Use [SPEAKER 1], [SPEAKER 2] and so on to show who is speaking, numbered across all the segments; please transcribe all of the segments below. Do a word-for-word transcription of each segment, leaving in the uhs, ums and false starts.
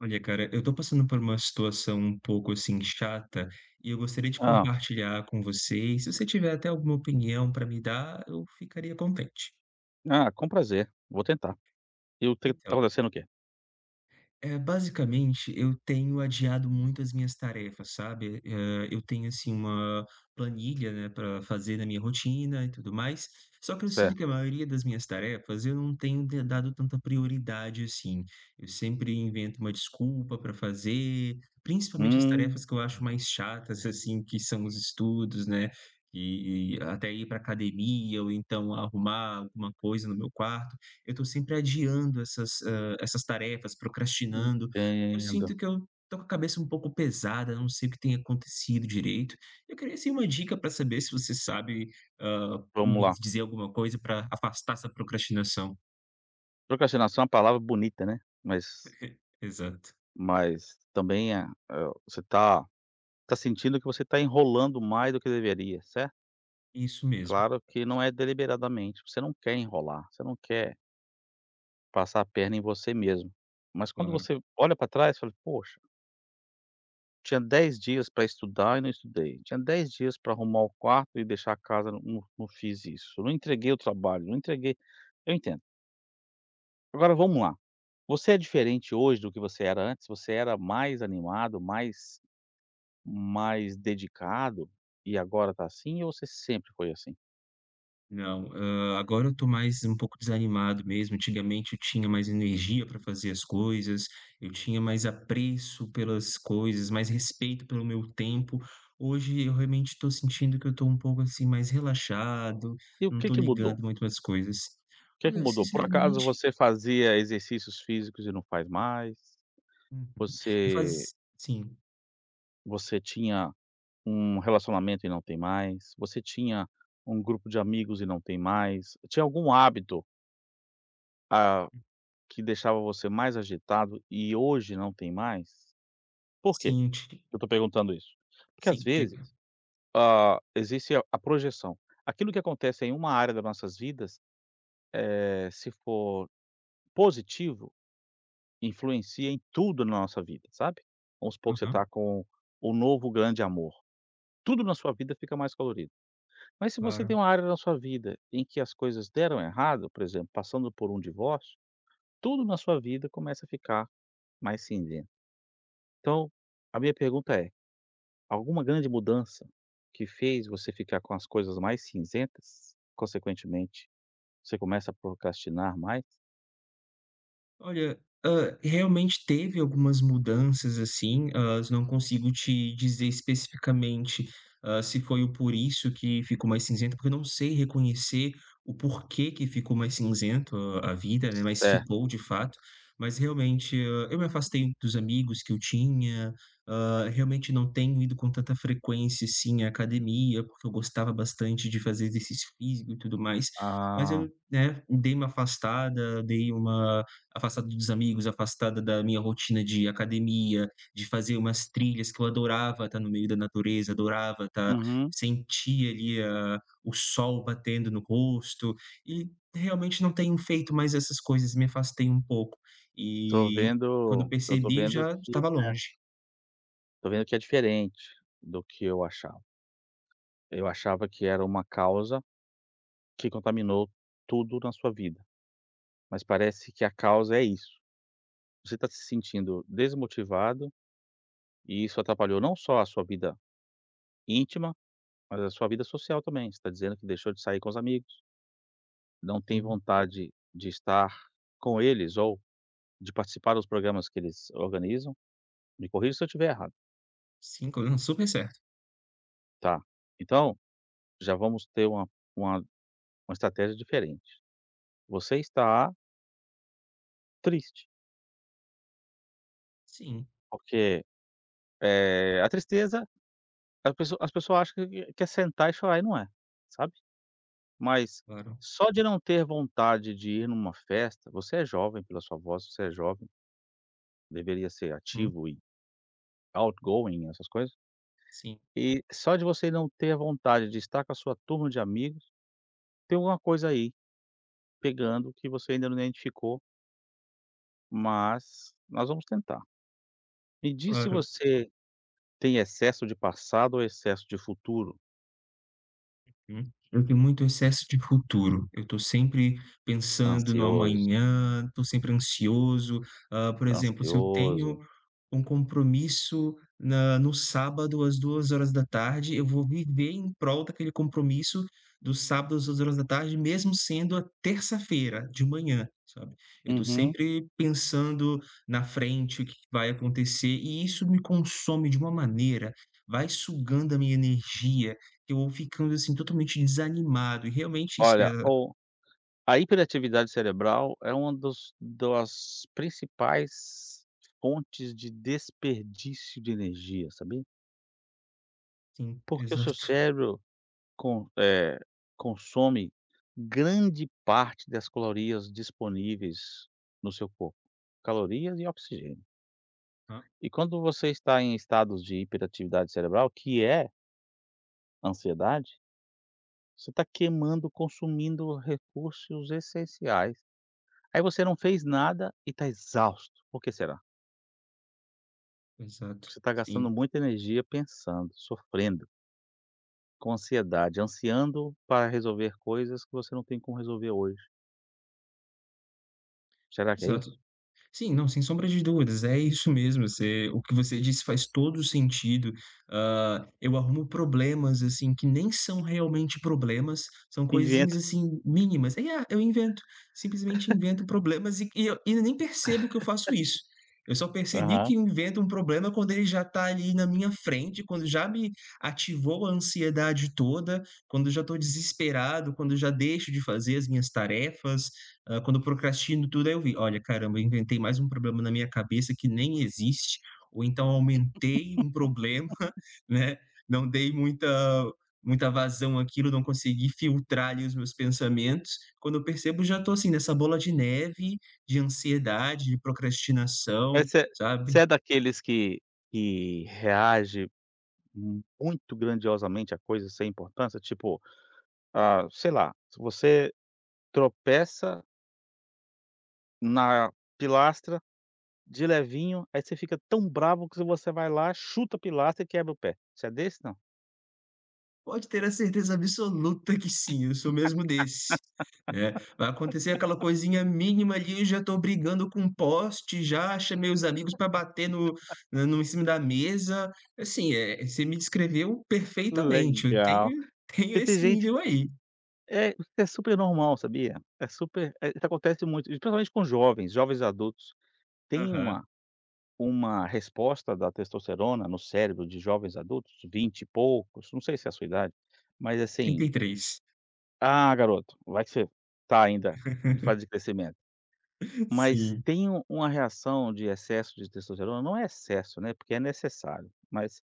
[SPEAKER 1] Olha, cara, eu tô passando por uma situação um pouco assim chata e eu gostaria de
[SPEAKER 2] Ah,
[SPEAKER 1] compartilhar com você. E se você tiver até alguma opinião para me dar, eu ficaria contente.
[SPEAKER 2] ah, com prazer, vou tentar. E o que tá
[SPEAKER 1] Então,
[SPEAKER 2] acontecendo o quê?
[SPEAKER 1] É, basicamente, eu tenho adiado muito as minhas tarefas, sabe? Eh, eu tenho, assim, uma planilha, né, para fazer na minha rotina e tudo mais. Só que eu sinto
[SPEAKER 2] Certo.
[SPEAKER 1] que a maioria das minhas tarefas eu não tenho de- dado tanta prioridade assim. Eu sempre invento uma desculpa para fazer, principalmente as tarefas
[SPEAKER 2] Hum,
[SPEAKER 1] que eu acho
[SPEAKER 2] Hum.
[SPEAKER 1] mais chatas, assim, que são os estudos, né? E, e até ir para academia ou então arrumar alguma coisa no meu quarto eu estou sempre adiando essas essas tarefas, procrastinando. Eu sinto
[SPEAKER 2] Entendo.
[SPEAKER 1] que eu tô com a cabeça um pouco pesada, não sei o que tem acontecido direito. Eu queria, assim, uma dica para saber se você sabe, hã,
[SPEAKER 2] Vamos
[SPEAKER 1] me
[SPEAKER 2] lá.
[SPEAKER 1] dizer alguma coisa para afastar essa procrastinação.
[SPEAKER 2] Procrastinação é uma palavra bonita, né, mas
[SPEAKER 1] Exato.
[SPEAKER 2] mas também é é você tá tá sentindo que você tá enrolando mais do que deveria, certo?
[SPEAKER 1] Isso mesmo,
[SPEAKER 2] Claro que não é deliberadamente, você não quer enrolar, você não quer passar a perna em você mesmo, mas quando
[SPEAKER 1] claro.
[SPEAKER 2] você olha para trás, fala: "Poxa". Tinha dez dias para estudar e não estudei. Tinha dez dias para arrumar o quarto e deixar a casa, não não não fiz isso. Não entreguei o trabalho, não entreguei, eu entendo. Agora vamos lá, você é diferente hoje do que você era antes? Você era mais animado, mais mais dedicado e agora está assim ou você sempre foi assim?
[SPEAKER 1] Não, hã, agora eu tô mais um pouco desanimado mesmo. Antigamente eu tinha mais energia para fazer as coisas, eu tinha mais apreço pelas coisas, mais respeito pelo meu tempo. Hoje eu realmente estou sentindo que eu estou um pouco, assim, mais relaxado,
[SPEAKER 2] E o
[SPEAKER 1] não
[SPEAKER 2] que
[SPEAKER 1] estou
[SPEAKER 2] que mudou?
[SPEAKER 1] ligando muito para coisas.
[SPEAKER 2] O que que
[SPEAKER 1] Olha,
[SPEAKER 2] mudou? Por acaso
[SPEAKER 1] sinceramente,
[SPEAKER 2] você fazia exercícios físicos e não faz mais?
[SPEAKER 1] uhum. Eu
[SPEAKER 2] Você
[SPEAKER 1] faz sim,
[SPEAKER 2] você tinha um relacionamento e não tem mais? Você tinha um grupo de amigos e não tem mais? Tinha algum hábito, ah, que deixava você mais agitado e hoje não tem mais? Por quê
[SPEAKER 1] sim, ti
[SPEAKER 2] eu estou perguntando isso? Porque às
[SPEAKER 1] sim,
[SPEAKER 2] vezes,
[SPEAKER 1] diga.
[SPEAKER 2] ah, existe a a projeção. Aquilo que acontece em uma área das nossas vidas, eh, se for positivo, influencia em tudo na nossa vida, sabe? Vamos supor que você está
[SPEAKER 1] Aham,
[SPEAKER 2] com o novo grande amor, tudo na sua vida fica mais colorido. Mas se você
[SPEAKER 1] claro.
[SPEAKER 2] tem uma área na sua vida em que as coisas deram errado, por exemplo, passando por um divórcio, tudo na sua vida começa a ficar mais cinzento. Então, a minha pergunta é: alguma grande mudança que fez você ficar com as coisas mais cinzentas? Consequentemente, você começa a procrastinar mais?
[SPEAKER 1] Olha, hã, realmente teve algumas mudanças, assim, hã, não consigo te dizer especificamente, hã, se foi o por isso que ficou mais cinzento, porque eu não sei reconhecer o porquê que ficou mais cinzento a a vida, né, mas
[SPEAKER 2] Certo.
[SPEAKER 1] ficou de fato. Mas realmente, hã, eu me afastei dos amigos que eu tinha, hã, realmente não tenho ido com tanta frequência, assim, à academia, porque eu gostava bastante de fazer exercício físico e tudo mais. Mas eu,
[SPEAKER 2] Ah,
[SPEAKER 1] né, dei uma afastada, dei uma Afastada dos amigos, afastada da minha rotina de academia, de fazer umas trilhas que eu adorava estar no meio da natureza, adorava estar,
[SPEAKER 2] uhum.
[SPEAKER 1] sentir ali a o sol batendo no rosto, e realmente não tenho feito mais essas coisas, me afastei um pouco.
[SPEAKER 2] Tô
[SPEAKER 1] E quando eu
[SPEAKER 2] vendo, eu tô
[SPEAKER 1] percebi
[SPEAKER 2] vendo
[SPEAKER 1] já
[SPEAKER 2] que,
[SPEAKER 1] estava
[SPEAKER 2] é,
[SPEAKER 1] longe.
[SPEAKER 2] tô vendo que é diferente do que eu achava. Eu achava que era uma causa que contaminou tudo na sua vida. Mas parece que a causa é isso. Você está se sentindo desmotivado e isso atrapalhou não só a sua vida íntima, mas a sua vida social também. Você está dizendo que deixou de sair com os amigos, não tem
[SPEAKER 1] Sim,
[SPEAKER 2] vontade de estar com eles ou de participar dos programas que eles organizam. Me corrija se eu estiver errado,
[SPEAKER 1] sim, co- super certo.
[SPEAKER 2] tá? Então, já vamos ter uma uma uma estratégia diferente. Você está triste,
[SPEAKER 1] Sim,
[SPEAKER 2] porque, eh, a tristeza a pessoa as pessoas acham que que é sentar e chorar e não é, sabe? Mas
[SPEAKER 1] claro.
[SPEAKER 2] só de não ter vontade de ir numa festa você é jovem, pela sua voz, você é jovem, deveria ser
[SPEAKER 1] Uhum,
[SPEAKER 2] ativo e outgoing, essas coisas.
[SPEAKER 1] sim,
[SPEAKER 2] E só de você não ter vontade de estar com a sua turma de amigos, tem alguma coisa aí pegando que você ainda não identificou, mas nós vamos tentar. Me diz se
[SPEAKER 1] claro.
[SPEAKER 2] você tem excesso de passado ou excesso de futuro?
[SPEAKER 1] Hum. Eu tenho muito excesso de futuro. Eu estou sempre pensando no
[SPEAKER 2] Ansioso,
[SPEAKER 1] amanhã, estou sempre ansioso. Ah, por exemplo, se eu tenho
[SPEAKER 2] ansioso.
[SPEAKER 1] um compromisso na no sábado às duas horas da tarde eu vou viver em prol daquele compromisso do sábado às duas horas da tarde mesmo sendo a terça-feira de manhã, sabe. Eu estou
[SPEAKER 2] Uhum.
[SPEAKER 1] sempre pensando na frente, o que vai acontecer, e isso me consome de uma maneira, vai sugando a minha energia, que eu vou ficando, assim, totalmente desanimado e realmente isso,
[SPEAKER 2] Olha,
[SPEAKER 1] eh,
[SPEAKER 2] ou A hiperatividade cerebral é uma dos das principais fontes de desperdício de energia, sabia?
[SPEAKER 1] Sim,
[SPEAKER 2] Porque o seu
[SPEAKER 1] exato.
[SPEAKER 2] cérebro con eh, consome grande parte das calorias disponíveis no seu corpo, calorias e oxigênio.
[SPEAKER 1] Hã,
[SPEAKER 2] E quando você está em estados de hiperatividade cerebral, que é ansiedade, você está queimando, consumindo recursos essenciais. Aí você não fez nada e está exausto. Por que será?
[SPEAKER 1] Exato,
[SPEAKER 2] Você está
[SPEAKER 1] sim,
[SPEAKER 2] gastando muita energia pensando, sofrendo, com ansiedade, ansiando para resolver coisas que você não tem como resolver hoje. Será que é
[SPEAKER 1] exato.
[SPEAKER 2] isso?
[SPEAKER 1] Sim, não, sem sombra de dúvidas, é isso mesmo, você o que você disse faz todo o sentido. Hã, eu arrumo problemas, assim, que nem são realmente problemas, são coisinhas,
[SPEAKER 2] Inventa.
[SPEAKER 1] assim, mínimas. Aí, ah, eu invento, simplesmente invento problemas e e eu e eu nem percebo que eu faço isso. Eu só percebi
[SPEAKER 2] Aham.
[SPEAKER 1] que eu invento um problema quando ele já está ali na minha frente, quando já me ativou a ansiedade toda, quando eu já estou desesperado, quando eu já deixo de fazer as minhas tarefas, ah, quando eu procrastino tudo, aí eu vi, olha, caramba, eu inventei mais um problema na minha cabeça que nem existe, ou então aumentei um problema, né? Não dei muita muita vazão àquilo, não consegui filtrar ali os meus pensamentos. Quando eu percebo, já estou assim nessa bola de neve de ansiedade, de procrastinação,
[SPEAKER 2] Mas você
[SPEAKER 1] sabe?
[SPEAKER 2] você é daqueles que que reage mu- muito grandiosamente a coisas sem importância? Tipo, ah, sei lá, se você tropeça na pilastra de levinho, aí você fica tão bravo que você vai lá, chuta a pilastra e quebra o pé. Você é desse, não?
[SPEAKER 1] Pode ter a certeza absoluta que sim, eu sou mesmo desse, né. Vai acontecer aquela coisinha mínima ali, eu já estou brigando com o poste, já chamei os amigos para bater no na no em cima da mesa. Assim, é, você me descreveu perfeitamente, eu
[SPEAKER 2] Legal.
[SPEAKER 1] tenho tenho
[SPEAKER 2] Porque tem
[SPEAKER 1] esse
[SPEAKER 2] gente
[SPEAKER 1] nível aí.
[SPEAKER 2] é, é super normal, sabia? É super, eh, isso acontece muito, e principalmente com jovens, jovens adultos. Tem
[SPEAKER 1] Aham,
[SPEAKER 2] uma uma resposta da testosterona no cérebro de jovens adultos, vinte e poucos, não sei se é a sua idade, mas
[SPEAKER 1] trinta
[SPEAKER 2] assim:
[SPEAKER 1] e três.
[SPEAKER 2] "Ah, garoto, vai que você tá ainda em fase de crescimento". Mas
[SPEAKER 1] Sim,
[SPEAKER 2] tem um uma reação de excesso de testosterona não é excesso, né, porque é necessário, mas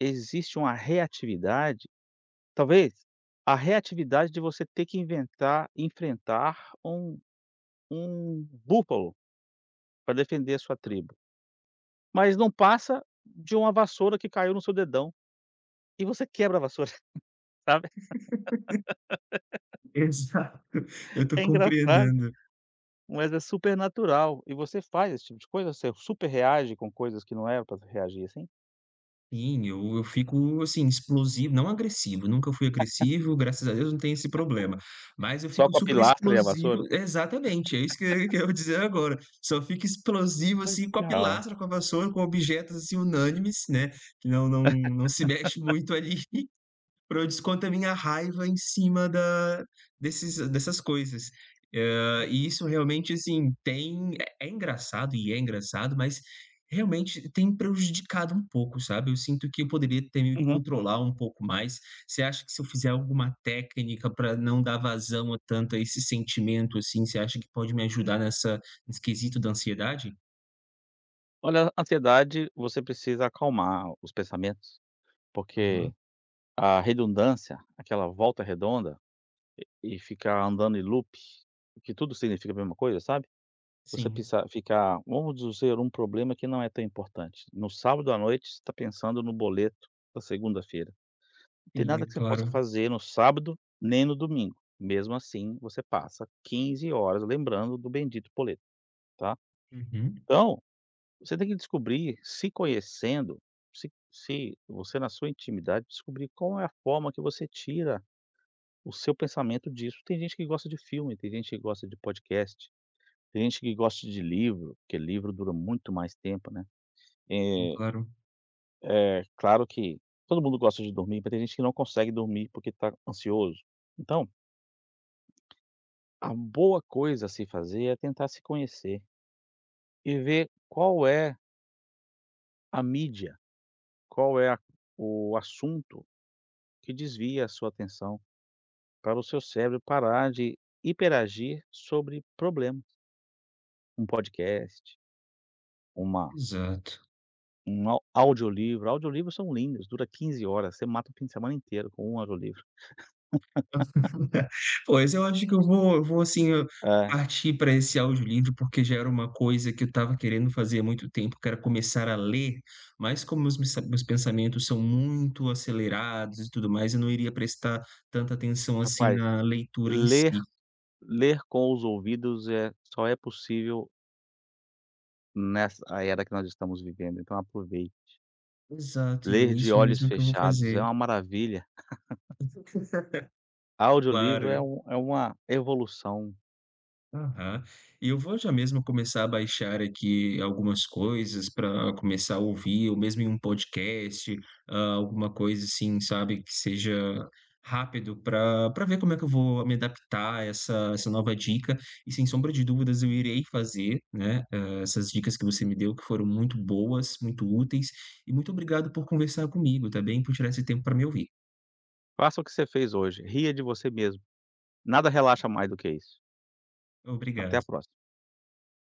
[SPEAKER 2] existe uma reatividade talvez a reatividade de você ter que inventar enfrentar um um búfalo para defender a sua tribo, mas não passa de uma vassoura que caiu no seu dedão e você quebra a vassoura, sabe.
[SPEAKER 1] exato, eu estou
[SPEAKER 2] É engraçado,
[SPEAKER 1] compreendendo.
[SPEAKER 2] mas é supernatural e você faz esse tipo de coisa, você super reage com coisas que não era para reagir assim,
[SPEAKER 1] Sim, eu eu fico, assim, explosivo, não agressivo, nunca fui agressivo, graças a Deus não tem esse problema, mas eu
[SPEAKER 2] só
[SPEAKER 1] fico
[SPEAKER 2] com a
[SPEAKER 1] super
[SPEAKER 2] pilastra e a
[SPEAKER 1] explosivo
[SPEAKER 2] vassoura.
[SPEAKER 1] exatamente, é isso que que eu ia dizer agora, só fico explosivo, assim, com a
[SPEAKER 2] Legal.
[SPEAKER 1] pilastra, com a vassoura, com objetos, assim, unânimes, né, que não não não se mexe muito ali para eu descontar minha raiva em cima da desses dessas coisas. Hã, e isso realmente, assim, tem é é engraçado e é engraçado, mas realmente tem prejudicado um pouco, sabe. Eu sinto que eu poderia ter me
[SPEAKER 2] Uhum.
[SPEAKER 1] controlar um pouco mais. Você acha que se eu fizer alguma técnica para não dar vazão a tanto a esse sentimento, assim, você acha que pode me ajudar nessa nesse quesito da ansiedade?
[SPEAKER 2] Olha, a ansiedade você precisa acalmar os pensamentos, porque
[SPEAKER 1] Aham.
[SPEAKER 2] a redundância, aquela volta redonda e ficar andando em loop, que tudo significa a mesma coisa, sabe. Você
[SPEAKER 1] Sim,
[SPEAKER 2] pensar ficar vamos dizer, um problema que não é tão importante. No sábado à noite, você está pensando no boleto da segunda-feira. Não tem
[SPEAKER 1] sim, é
[SPEAKER 2] nada que você possa
[SPEAKER 1] claro.
[SPEAKER 2] fazer no sábado, nem no domingo. Mesmo assim, você passa quinze horas lembrando do bendito boleto, tá.
[SPEAKER 1] Uhum.
[SPEAKER 2] Então, você tem que descobrir, se conhecendo, se se você na sua intimidade descobrir qual é a forma que você tira o seu pensamento disso. Tem gente que gosta de filme, tem gente que gosta de podcast, tem gente que gosta de livro, porque livro dura muito mais tempo, né.
[SPEAKER 1] Hum,
[SPEAKER 2] Eh,
[SPEAKER 1] claro.
[SPEAKER 2] é claro que todo mundo gosta de dormir, mas tem gente que não consegue dormir porque está ansioso. Então, a boa coisa a se fazer é tentar se conhecer e ver qual é a mídia, qual é a o assunto que desvia a sua atenção, para o seu cérebro parar de hiperagir sobre problemas. Um podcast, uma
[SPEAKER 1] Exato.
[SPEAKER 2] um au audiolivro, audiolivros são lindos, dura quinze horas, você mata o fim de semana inteiro com um audiolivro.
[SPEAKER 1] Pois eu acho que eu vou eu vou assim, eu
[SPEAKER 2] É,
[SPEAKER 1] partir para esse audiolivro, porque já era uma coisa que eu estava querendo fazer há muito tempo, que era começar a ler, mas como meus mens meus pensamentos são muito acelerados e tudo mais, eu não iria prestar tanta atenção assim
[SPEAKER 2] rapaz,
[SPEAKER 1] na leitura em
[SPEAKER 2] ler
[SPEAKER 1] si.
[SPEAKER 2] ler com os ouvidos é só é possível nessa era que nós estamos vivendo, então aproveite.
[SPEAKER 1] Exato, e
[SPEAKER 2] Ler
[SPEAKER 1] é
[SPEAKER 2] de
[SPEAKER 1] isso
[SPEAKER 2] olhos
[SPEAKER 1] mesmo que eu vou
[SPEAKER 2] fechados é
[SPEAKER 1] fazer.
[SPEAKER 2] uma maravilha. Audiolivro é
[SPEAKER 1] Claro.
[SPEAKER 2] um é uma evolução.
[SPEAKER 1] Aham. E eu vou já mesmo começar a baixar aqui algumas coisas para começar a ouvir, ou mesmo em um podcast, ah, alguma coisa assim, sabe, que seja rápido para para ver como é que eu vou me adaptar a essa, essa nova dica. E sem sombra de dúvidas, eu irei fazer, né, eh, essas dicas que você me deu, que foram muito boas, muito úteis. E muito obrigado por conversar comigo, tá bem? Por tirar esse tempo para me ouvir.
[SPEAKER 2] Faça o que você fez hoje, ria de você mesmo. Nada relaxa mais do que isso. Até a
[SPEAKER 1] Obrigado.
[SPEAKER 2] próxima.